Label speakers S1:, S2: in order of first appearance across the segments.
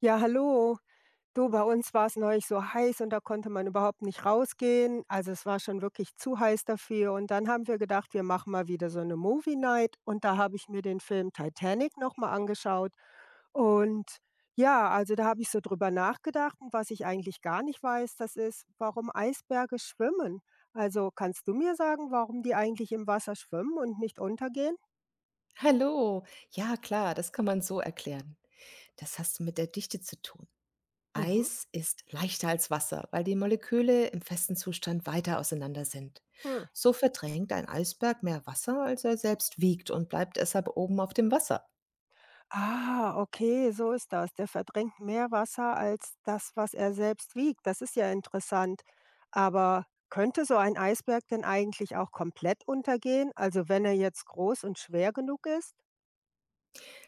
S1: Ja, hallo. Du, bei uns war es neulich so heiß und da konnte man überhaupt nicht rausgehen. Also es war schon wirklich zu heiß dafür. Und dann haben wir gedacht, wir machen mal wieder so eine Movie Night. Und da habe ich mir den Film Titanic nochmal angeschaut. Und ja, also da habe ich so drüber nachgedacht. Und was ich eigentlich gar nicht weiß, das ist, warum Eisberge schwimmen. Also kannst du mir sagen, warum die eigentlich im Wasser schwimmen und nicht untergehen?
S2: Hallo. Ja klar, das kann man so erklären. Das hast du mit der Dichte zu tun.
S1: Mhm.
S2: Eis ist leichter als Wasser, weil die Moleküle im festen Zustand weiter auseinander sind.
S1: Hm.
S2: So verdrängt ein Eisberg mehr Wasser, als er selbst wiegt und bleibt deshalb oben auf dem Wasser.
S1: Ah, okay, so ist das. Der verdrängt mehr Wasser als das, was er selbst wiegt. Das ist ja interessant. Aber könnte so ein Eisberg denn eigentlich auch komplett untergehen? Also wenn er jetzt groß und schwer genug ist?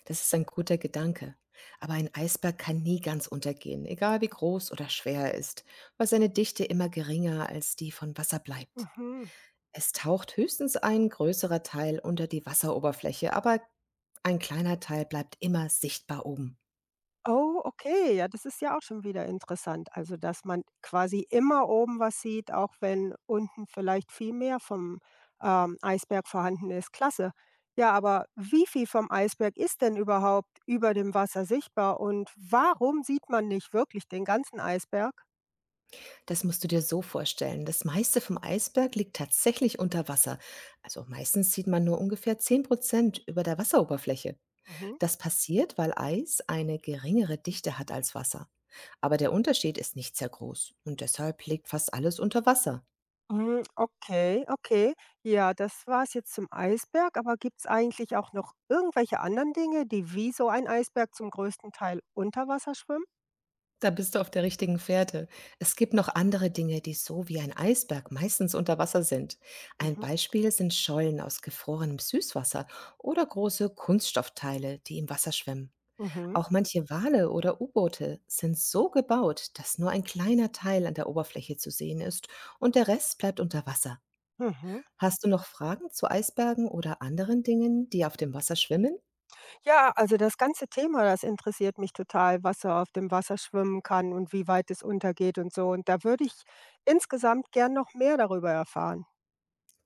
S2: Das ist ein guter Gedanke. Aber ein Eisberg kann nie ganz untergehen, egal wie groß oder schwer er ist, weil seine Dichte immer geringer als die von Wasser bleibt.
S1: Mhm.
S2: Es taucht höchstens ein größerer Teil unter die Wasseroberfläche, aber ein kleiner Teil bleibt immer sichtbar oben.
S1: Oh, okay, ja, das ist ja auch schon wieder interessant. Also, dass man quasi immer oben was sieht, auch wenn unten vielleicht viel mehr vom Eisberg vorhanden ist. Klasse. Ja, aber wie viel vom Eisberg ist denn überhaupt über dem Wasser sichtbar und warum sieht man nicht wirklich den ganzen Eisberg?
S2: Das musst du dir so vorstellen. Das meiste vom Eisberg liegt tatsächlich unter Wasser. Also meistens sieht man nur ungefähr 10% über der Wasseroberfläche.
S1: Mhm.
S2: Das passiert, weil Eis eine geringere Dichte hat als Wasser. Aber der Unterschied ist nicht sehr groß und deshalb liegt fast alles unter Wasser.
S1: Hm, okay, okay. Ja, das war's jetzt zum Eisberg, aber gibt's eigentlich auch noch irgendwelche anderen Dinge, die wie so ein Eisberg zum größten Teil unter Wasser schwimmen?
S2: Da bist du auf der richtigen Fährte. Es gibt noch andere Dinge, die so wie ein Eisberg meistens unter Wasser sind. Ein
S1: Mhm,
S2: Beispiel sind Schollen aus gefrorenem Süßwasser oder große Kunststoffteile, die im Wasser schwimmen.
S1: mhm.
S2: Auch manche Wale oder U-Boote sind so gebaut, dass nur ein kleiner Teil an der Oberfläche zu sehen ist und der Rest bleibt unter Wasser.
S1: Mhm.
S2: Hast du noch Fragen zu Eisbergen oder anderen Dingen, die auf dem Wasser schwimmen?
S1: Ja, also das ganze Thema, das interessiert mich total, was er auf dem Wasser schwimmen kann und wie weit es untergeht und so. Und da würde ich insgesamt gern noch mehr darüber erfahren.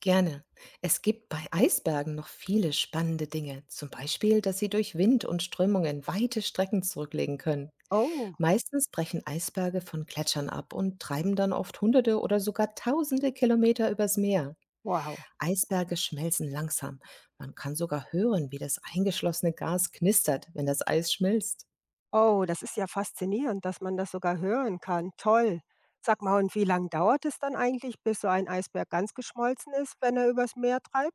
S2: Gerne. Es gibt bei Eisbergen noch viele spannende Dinge. Zum Beispiel, dass sie durch Wind und Strömungen weite Strecken zurücklegen können.
S1: Oh,
S2: Meistens brechen Eisberge von Gletschern ab und treiben dann oft hunderte oder sogar tausende Kilometer übers Meer.
S1: wow.
S2: Eisberge schmelzen langsam. Man kann sogar hören, wie das eingeschlossene Gas knistert, wenn das Eis schmilzt.
S1: Oh, das ist ja faszinierend, dass man das sogar hören kann. Toll. Sag mal, und wie lange dauert es dann eigentlich, bis so ein Eisberg ganz geschmolzen ist, wenn er übers Meer treibt?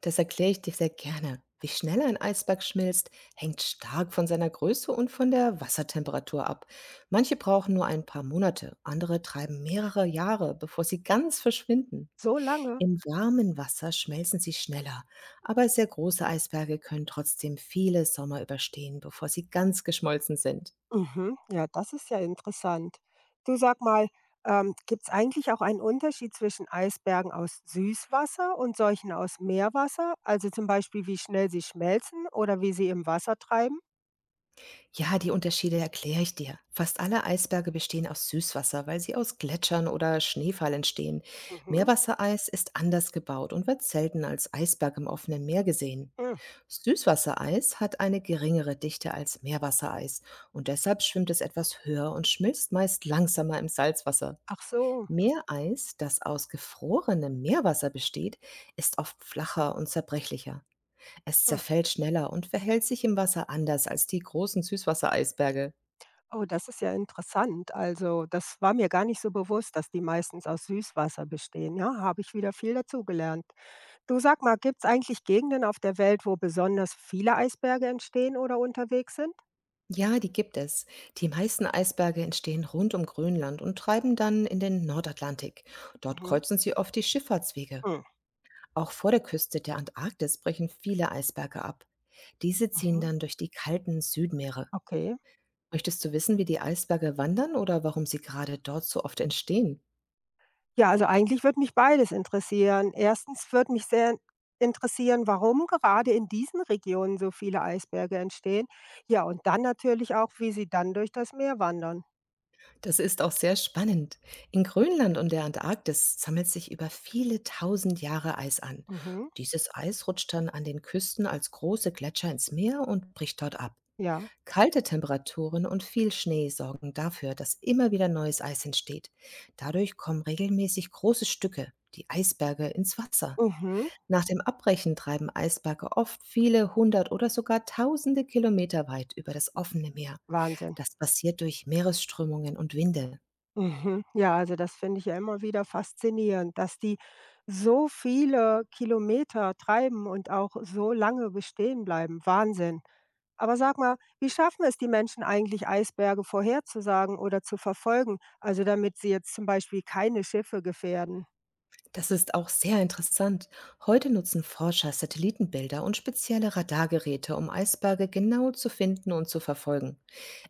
S2: Das erkläre ich dir sehr gerne. Wie schnell ein Eisberg schmilzt, hängt stark von seiner Größe und von der Wassertemperatur ab. Manche brauchen nur ein paar Monate, andere treiben mehrere Jahre, bevor sie ganz verschwinden.
S1: So lange?
S2: Im warmen Wasser schmelzen sie schneller, aber sehr große Eisberge können trotzdem viele Sommer überstehen, bevor sie ganz geschmolzen sind.
S1: Mhm. Ja, das ist ja interessant. Du sag mal, gibt es eigentlich auch einen Unterschied zwischen Eisbergen aus Süßwasser und solchen aus Meerwasser? Also zum Beispiel, wie schnell sie schmelzen oder wie sie im Wasser treiben?
S2: Ja, die Unterschiede erkläre ich dir. Fast alle Eisberge bestehen aus Süßwasser, weil sie aus Gletschern oder Schneefall entstehen.
S1: Mhm.
S2: Meerwassereis ist anders gebaut und wird selten als Eisberg im offenen Meer gesehen.
S1: Mhm.
S2: Süßwassereis hat eine geringere Dichte als Meerwassereis und deshalb schwimmt es etwas höher und schmilzt meist langsamer im Salzwasser.
S1: Ach so.
S2: Meereis, das aus gefrorenem Meerwasser besteht, ist oft flacher und zerbrechlicher. Es
S1: Mhm.
S2: zerfällt schneller und verhält sich im Wasser anders als die großen Süßwassereisberge.
S1: Oh, das ist ja interessant. Also das war mir gar nicht so bewusst, dass die meistens aus Süßwasser bestehen. Ja, habe ich wieder viel dazugelernt. Du sag mal, gibt es eigentlich Gegenden auf der Welt, wo besonders viele Eisberge entstehen oder unterwegs sind?
S2: Ja, die gibt es. Die meisten Eisberge entstehen rund um Grönland und treiben dann in den Nordatlantik. Dort
S1: Mhm.
S2: kreuzen sie oft die Schifffahrtswege.
S1: Mhm.
S2: Auch vor der Küste der Antarktis brechen viele Eisberge ab. Diese ziehen
S1: Mhm.
S2: dann durch die kalten Südmeere.
S1: Okay.
S2: Möchtest du wissen, wie die Eisberge wandern oder warum sie gerade dort so oft entstehen?
S1: Ja, also eigentlich würde mich beides interessieren. Erstens würde mich sehr interessieren, warum gerade in diesen Regionen so viele Eisberge entstehen. Ja, und dann natürlich auch, wie sie dann durch das Meer wandern.
S2: Das ist auch sehr spannend. In Grönland und der Antarktis sammelt sich über viele tausend Jahre Eis an.
S1: Mhm.
S2: Dieses Eis rutscht dann an den Küsten als große Gletscher ins Meer und bricht dort ab.
S1: Ja.
S2: Kalte Temperaturen und viel Schnee sorgen dafür, dass immer wieder neues Eis entsteht. Dadurch kommen regelmäßig große Stücke, die Eisberge, ins Wasser.
S1: Mhm.
S2: Nach dem Abbrechen treiben Eisberge oft viele hundert oder sogar tausende Kilometer weit über das offene Meer.
S1: Wahnsinn.
S2: Das passiert durch Meeresströmungen und Winde.
S1: Mhm. Ja, also das finde ich ja immer wieder faszinierend, dass die so viele Kilometer treiben und auch so lange bestehen bleiben. Wahnsinn. Aber sag mal, wie schaffen es die Menschen eigentlich, Eisberge vorherzusagen oder zu verfolgen? Also damit sie jetzt zum Beispiel keine Schiffe gefährden.
S2: Das ist auch sehr interessant. Heute nutzen Forscher Satellitenbilder und spezielle Radargeräte, um Eisberge genau zu finden und zu verfolgen.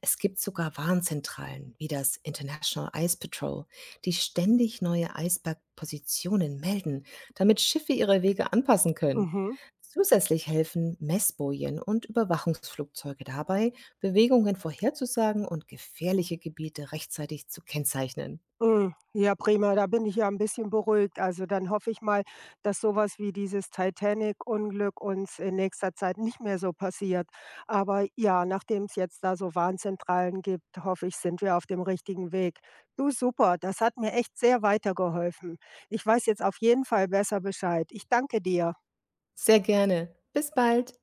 S2: Es gibt sogar Warnzentralen wie das International Ice Patrol, die ständig neue Eisbergpositionen melden, damit Schiffe ihre Wege anpassen können.
S1: Mhm.
S2: Zusätzlich helfen Messbojen und Überwachungsflugzeuge dabei, Bewegungen vorherzusagen und gefährliche Gebiete rechtzeitig zu kennzeichnen.
S1: Mm. Ja, prima, da bin ich ja ein bisschen beruhigt. Also, dann hoffe ich mal, dass sowas wie dieses Titanic-Unglück uns in nächster Zeit nicht mehr so passiert. Aber ja, nachdem es jetzt da so Warnzentralen gibt, hoffe ich, sind wir auf dem richtigen Weg. Du, super, das hat mir echt sehr weitergeholfen. Ich weiß jetzt auf jeden Fall besser Bescheid. Ich danke dir.
S2: Sehr gerne. Bis bald.